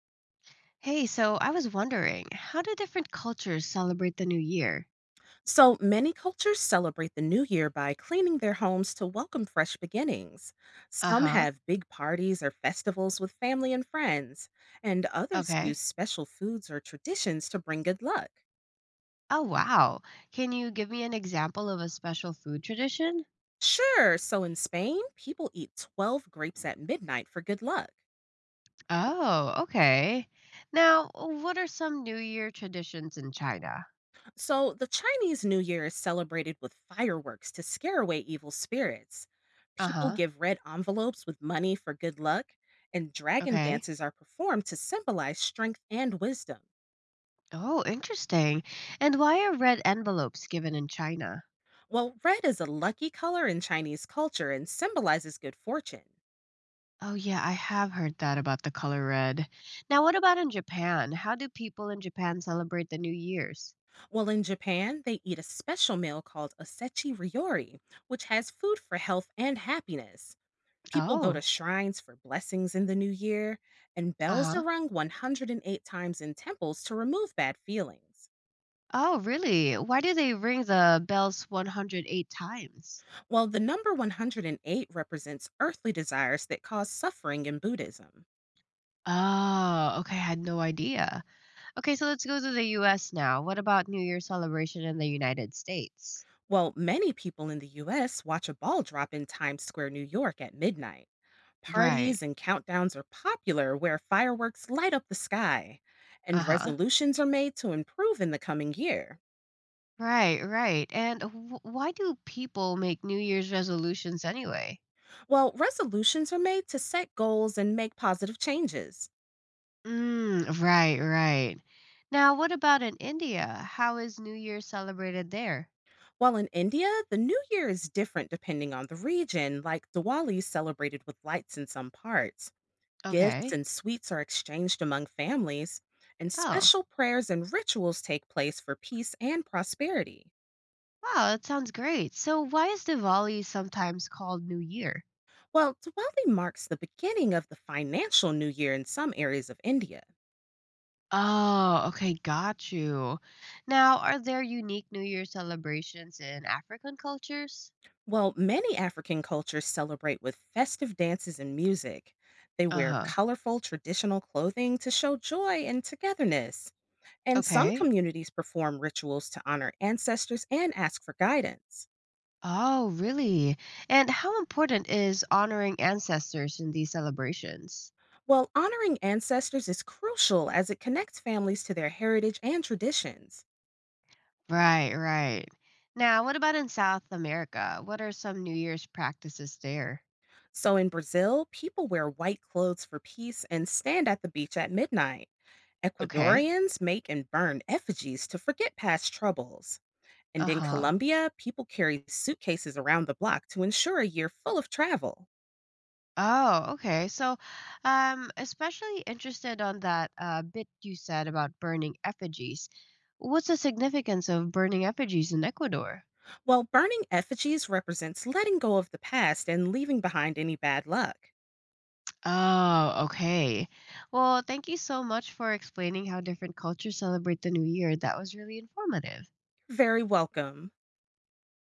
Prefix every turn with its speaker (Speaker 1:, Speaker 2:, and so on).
Speaker 1: Hey, so I was wondering, how do different cultures celebrate the new year?
Speaker 2: So many cultures celebrate the new year by cleaning their homes to welcome fresh beginnings. Some
Speaker 1: Uh-huh.
Speaker 2: have big parties or festivals with family and friends, and others
Speaker 1: Okay.
Speaker 2: use special foods or traditions to bring good luck.
Speaker 1: Oh, wow. Can you give me an example of a special food tradition?
Speaker 2: Sure, so in Spain, people eat 12 grapes at midnight for good luck.
Speaker 1: Oh, okay. Now, what are some New Year traditions in China?
Speaker 2: So, the Chinese New Year is celebrated with fireworks to scare away evil spirits. People
Speaker 1: Uh-huh.
Speaker 2: give red envelopes with money for good luck, and dragon
Speaker 1: Okay.
Speaker 2: dances are performed to symbolize strength and wisdom.
Speaker 1: Oh, interesting. And why are red envelopes given in China?
Speaker 2: Well, red is a lucky color in Chinese culture and symbolizes good fortune.
Speaker 1: Oh, yeah, I have heard that about the color red. Now, what about in Japan? How do people in Japan celebrate the New Year's?
Speaker 2: Well, in Japan, they eat a special meal called osechi ryori, which has food for health and happiness. People go to
Speaker 1: Oh,
Speaker 2: shrines for blessings in the new year, and bells
Speaker 1: uh-huh.
Speaker 2: are rung 108 times in temples to remove bad feelings.
Speaker 1: Oh, really? Why do they ring the bells 108 times?
Speaker 2: While the number 108 represents earthly desires that cause suffering in Buddhism.
Speaker 1: Oh, okay. I had no idea. Okay, so let's go to the US now. What about New Year celebration in the United States?
Speaker 2: Well, many people in the US watch a ball drop in Times Square, New York at midnight.
Speaker 1: Right.
Speaker 2: Parties and countdowns are popular where fireworks light up the sky, and
Speaker 1: Uh-huh.
Speaker 2: resolutions are made to improve in the coming year.
Speaker 1: Right, right. And why do people make New Year's resolutions anyway?
Speaker 2: Well, resolutions are made to set goals and make positive changes.
Speaker 1: Mm, right, right. Now, what about in India? How is New Year celebrated there?
Speaker 2: While in India, the New Year is different depending on the region, like Diwali is celebrated with lights in some parts. Gifts
Speaker 1: Okay.
Speaker 2: and sweets are exchanged among families, and
Speaker 1: Oh,
Speaker 2: special prayers and rituals take place for peace and prosperity.
Speaker 1: wow, that sounds great. So, why is Diwali sometimes called New Year?
Speaker 2: While Diwali marks the beginning of the financial new year in some areas of India.
Speaker 1: Oh, okay, got you. Now, are there unique New Year celebrations in African cultures?
Speaker 2: While many African cultures celebrate with festive dances and music. They wear
Speaker 1: Uh-huh.
Speaker 2: colorful traditional clothing to show joy and togetherness. And some
Speaker 1: Okay.
Speaker 2: communities perform rituals to honor ancestors and ask for guidance.
Speaker 1: Oh, really? And how important is honoring ancestors in these celebrations?
Speaker 2: While honoring ancestors is crucial as it connects families to their heritage and traditions.
Speaker 1: Right, right. Now, what about in South America? What are some New Year's practices there?
Speaker 2: So in Brazil, people wear white clothes for peace and stand at the beach at midnight.
Speaker 1: Okay.
Speaker 2: Ecuadorians make and burn effigies to forget past troubles. And in
Speaker 1: Uh-huh.
Speaker 2: Colombia, people carry suitcases around the block to ensure a year full of travel.
Speaker 1: Oh, okay. So especially interested on that bit you said about burning effigies. What's the significance of burning effigies in Ecuador?
Speaker 2: While burning effigies represents letting go of the past and leaving behind any bad luck.
Speaker 1: Oh, okay. Well, thank you so much for explaining how different cultures celebrate the new year. That was really informative.
Speaker 2: You're very welcome.